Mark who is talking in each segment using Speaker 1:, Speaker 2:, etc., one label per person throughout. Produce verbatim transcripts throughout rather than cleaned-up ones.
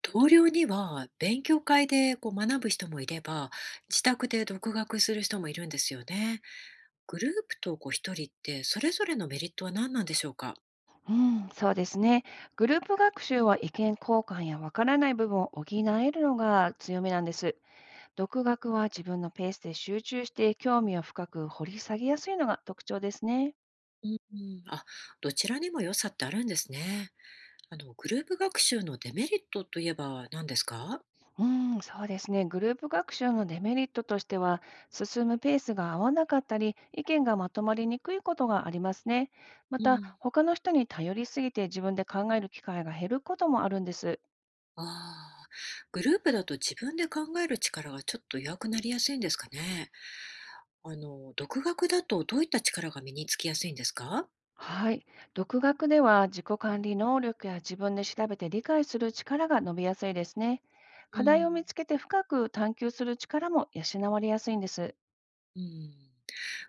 Speaker 1: 同僚には勉強会でこう学ぶ人もいれば自宅で独学する人もいるんですよね。グループとこう一人ってそれぞれのメリットは何なんでしょうか？
Speaker 2: うん、そうですね。グループ学習は意見交換やわからない部分を補えるのが強みなんです。独学は自分のペースで集中して興味を深く掘り下げやすいのが特徴ですね。
Speaker 1: うん、あ、どちらにも良さってあるんですね。あのグループ学習のデメリットといえば何ですか？
Speaker 2: うん、そうですね。グループ学習のデメリットとしては、進むペースが合わなかったり、意見がまとまりにくいことがありますね。ま
Speaker 1: う
Speaker 2: た、
Speaker 1: ん、
Speaker 2: 他の人に頼りすぎて自分で考える機会が減ることもあるんです。
Speaker 1: ああ、グループだと自分で考える力がちょっと弱くなりやすいんですかね。あの独学だとどういった力が身につきやすいんですか？
Speaker 2: はい。独学では自己管理能力や自分で調べて理解する力が伸びやすいですね。
Speaker 1: う
Speaker 2: 課題を
Speaker 1: ん、
Speaker 2: 見つけて深く探求する力も養われやすいんです。
Speaker 1: うん、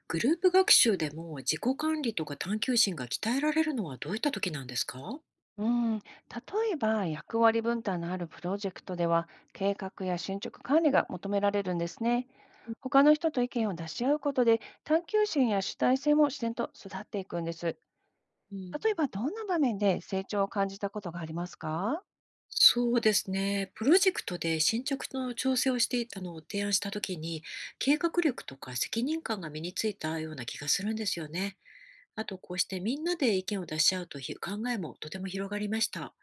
Speaker 1: グループ学習でも自己管理とか探求心が鍛えられるのはどういった時なんですか？
Speaker 2: うん、例えば役割分担のあるプロジェクトでは計画や進捗管理が求められるんですね。他の人と意見を出し合うことで探求心や主体性も自然と育っていくんです。
Speaker 1: うん、
Speaker 2: 例えばどんな場面で成長を感じたことがありますか？
Speaker 1: そうですね。プロジェクトで進捗の調整をしていあの提案した時に、計画力とか責任感が身についたような気がするんですよね。あと、こうしてみんなで意見を出し合うという考えもとても広がりました。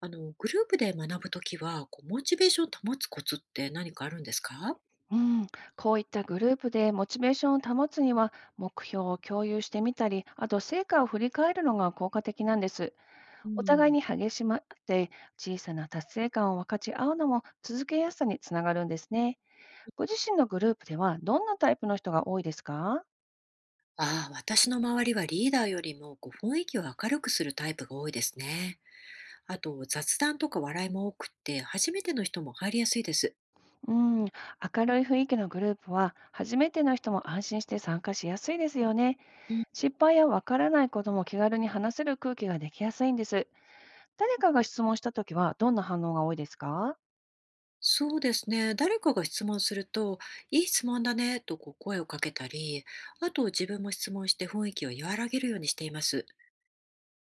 Speaker 1: あのグループで学ぶときはこう、モチベーションを保つコツって何かあるんですか？
Speaker 2: うん、こういったグループでモチベーションを保つには、目標を共有してみたり、あと成果を振り返るのが効果的なんです。
Speaker 1: う
Speaker 2: お互い
Speaker 1: ん、
Speaker 2: に励しまって、小さな達成感を分かち合うのも続けやすさにつながるんですね。ご自身のグループではどんなタイプの人が多いですか？
Speaker 1: ああ、私の周りはリーダーよりもこう雰囲気を明るくするタイプが多いですね。あと雑談とか笑いも多くて初めての人も入りやすいです。
Speaker 2: うん、明るい雰囲気のグループは、初めての人も安心して参加しやすいですよね。
Speaker 1: うん、
Speaker 2: 失敗やわからないことも気軽に話せる空気ができやすいんです。誰かが質問したときは、どんな反応が多いですか？
Speaker 1: そうですね。誰かが質問すると「いい質問だね」とこう声をかけたり、あと自分も質問して雰囲気を和らげるようにしています。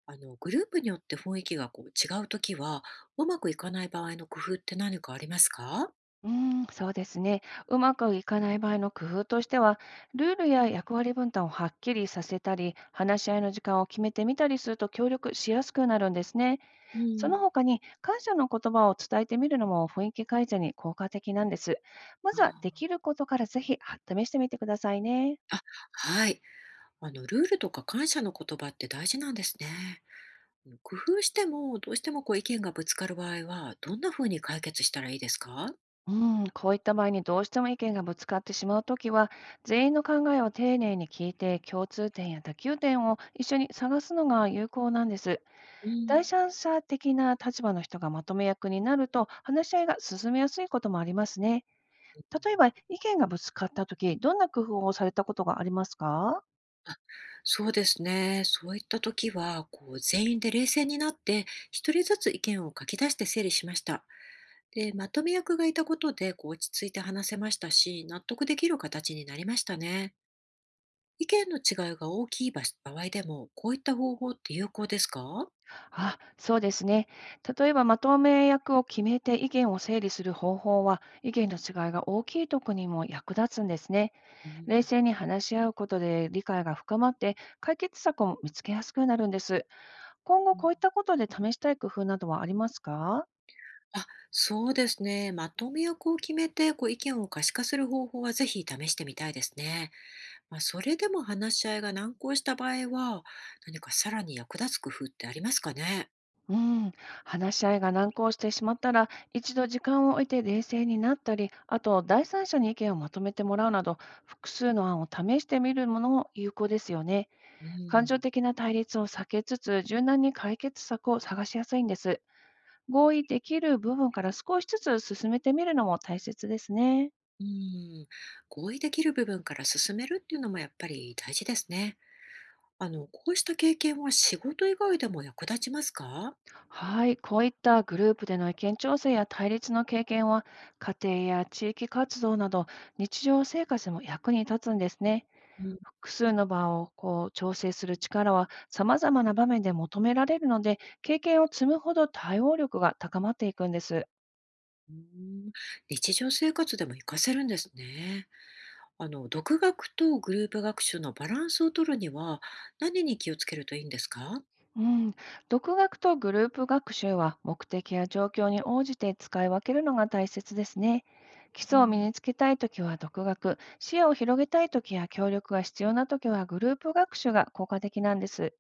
Speaker 1: あのグループによって雰囲気がこう違うときはうまくいかない場合の工夫って何かありますか？
Speaker 2: うーん、そうですね。うまくいかない場合の工夫としては、ルールや役割分担をはっきりさせたり、話し合いの時間を決めてみたりすると協力しやすくなるんですね。
Speaker 1: う
Speaker 2: その
Speaker 1: ん、
Speaker 2: 他に、感謝の言葉を伝えてみるのも雰囲気改善に効果的なんです。ま
Speaker 1: あ
Speaker 2: ずは、でき
Speaker 1: ー、
Speaker 2: ることからぜひは試してみてくださいね。
Speaker 1: はい。あのルールとか感謝の言葉って大事なんですね。工夫しても、どうしてもこう意見がぶつかる場合は、どんな風に解決したらいいですか？
Speaker 2: うん、こういった場合にどうしても意見がぶつかってしまうときは、全員の考えを丁寧に聞いて、共通点や妥協点を一緒に探すのが有効なんです。
Speaker 1: う
Speaker 2: 第
Speaker 1: ん、
Speaker 2: 三者的な立場の人がまとめ役になると、話し合いが進めやすいこともありますね。例えば、意見がぶつかったとき、どんな工夫をされたことがありますか？
Speaker 1: あ、そうですね。そういった時は、こう、全員で冷静になって、一人ずつ意見を書き出して整理しました。で、まとめ役がいたことで、こう、落ち着いて話せましたし、納得できる形になりましたね。意見の違いが大きい場場合でも、こういった方法って有効ですか？
Speaker 2: あ、そうですね。例えば、まとめ役を決めて意見を整理する方法は、意見の違いが大きいとこにも役立つんですね。
Speaker 1: うん、
Speaker 2: 冷静に話し合うことで理解が深まって、解決策を見つけやすくなるんです。今
Speaker 1: う
Speaker 2: 後
Speaker 1: ん、
Speaker 2: こういったことで試したい工夫などはありますか？
Speaker 1: あ、そうですね。まとめ役を決めて、こう意見を可視化する方法はぜひ試してみたいですね。まあ、それでも話し合いが難航した場合は、何かさらに役立つ工夫ってありますかね。
Speaker 2: うん、話し合いが難航してしまったら、一度時間を置いて冷静になったり、あと第三者に意見をまとめてもらうなど、複数の案を試してみるものも有効ですよね。
Speaker 1: う
Speaker 2: 感情
Speaker 1: ん。
Speaker 2: 的な対立を避けつつ、柔軟に解決策を探しやすいんです。合意できる部分から少しずつ進めてみるのも大切ですね。
Speaker 1: うん。合意できる部分から進めるっていうのもやっぱり大事ですね。あの、こうした経験は仕事以外でも役立ちますか？
Speaker 2: はい、こういったグループでの意見調整や対立の経験は、家庭や地域活動など日常生活でも役に立つんですね。
Speaker 1: うん。
Speaker 2: 複数の場をこう調整する力は様々な場面で求められるので、経験を積むほど対応力が高まっていくんです。
Speaker 1: うん、日常生活でも活かせるんですね。あの、独学とグループ学習のバランスを取るには、何に気をつけるといいんですか？
Speaker 2: うん、独学とグループ学習は目的や状況に応じて使い分けるのが大切ですね。基
Speaker 1: う
Speaker 2: 礎を身
Speaker 1: ん、
Speaker 2: につけたいときは独学、視野を広げたいときや協力が必要なときはグループ学習が効果的なんです。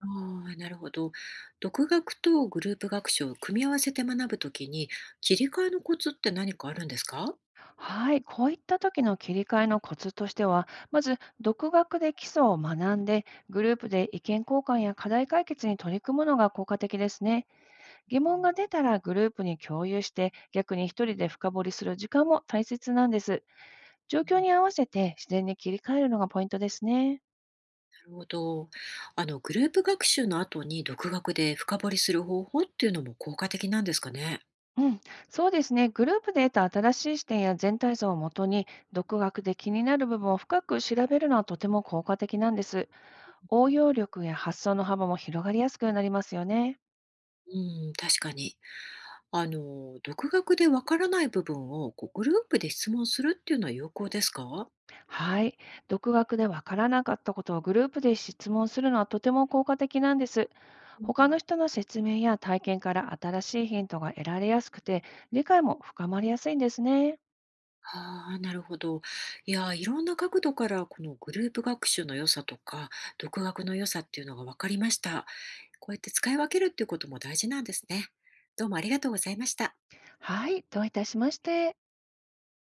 Speaker 1: あ、あー、なるほど。独学とグループ学習を組み合わせて学ぶときに、切り替えのコツって何かあるんですか？
Speaker 2: はい、こういった時の切り替えのコツとしては、まず独学で基礎を学んで、グループで意見交換や課題解決に取り組むのが効果的ですね。疑
Speaker 1: う
Speaker 2: 問
Speaker 1: ん、
Speaker 2: が出たらグループに共有して、逆に一人で深掘りする時間も大切なんです。状
Speaker 1: うん、
Speaker 2: 況
Speaker 1: な
Speaker 2: に合わせて自然に切り替えるのがポイントですね。
Speaker 1: るほど。あの、グループ学習の後に独学で深掘りする方法っていうのも効果的なんですかね。
Speaker 2: うん、そうですね。グループで得た新しい視点や全体像をもとに、独学で気になる部分を深く調べるのはとても効果的なんです。応用力や発想の幅も広がりやすくなりますよね。
Speaker 1: うん、確かに。あの、独学でわからない部分をこうグループで質問するっていうのは有効ですか？
Speaker 2: はい。独学でわからなかったことをグループで質問するのはとても効果的なんです。
Speaker 1: うん、
Speaker 2: 他の人の説明や体験から新しいヒントが得られやすくて、理解も深まりやすいんですね。
Speaker 1: ああ、なるほど。いやー、いろんな角度からこのグループ学習の良さとか、独学の良さっていうのが分かりました。こうやって使い分けるっていうことも大事なんですね。どうもありがとうございました。
Speaker 2: はい。どういたしまして。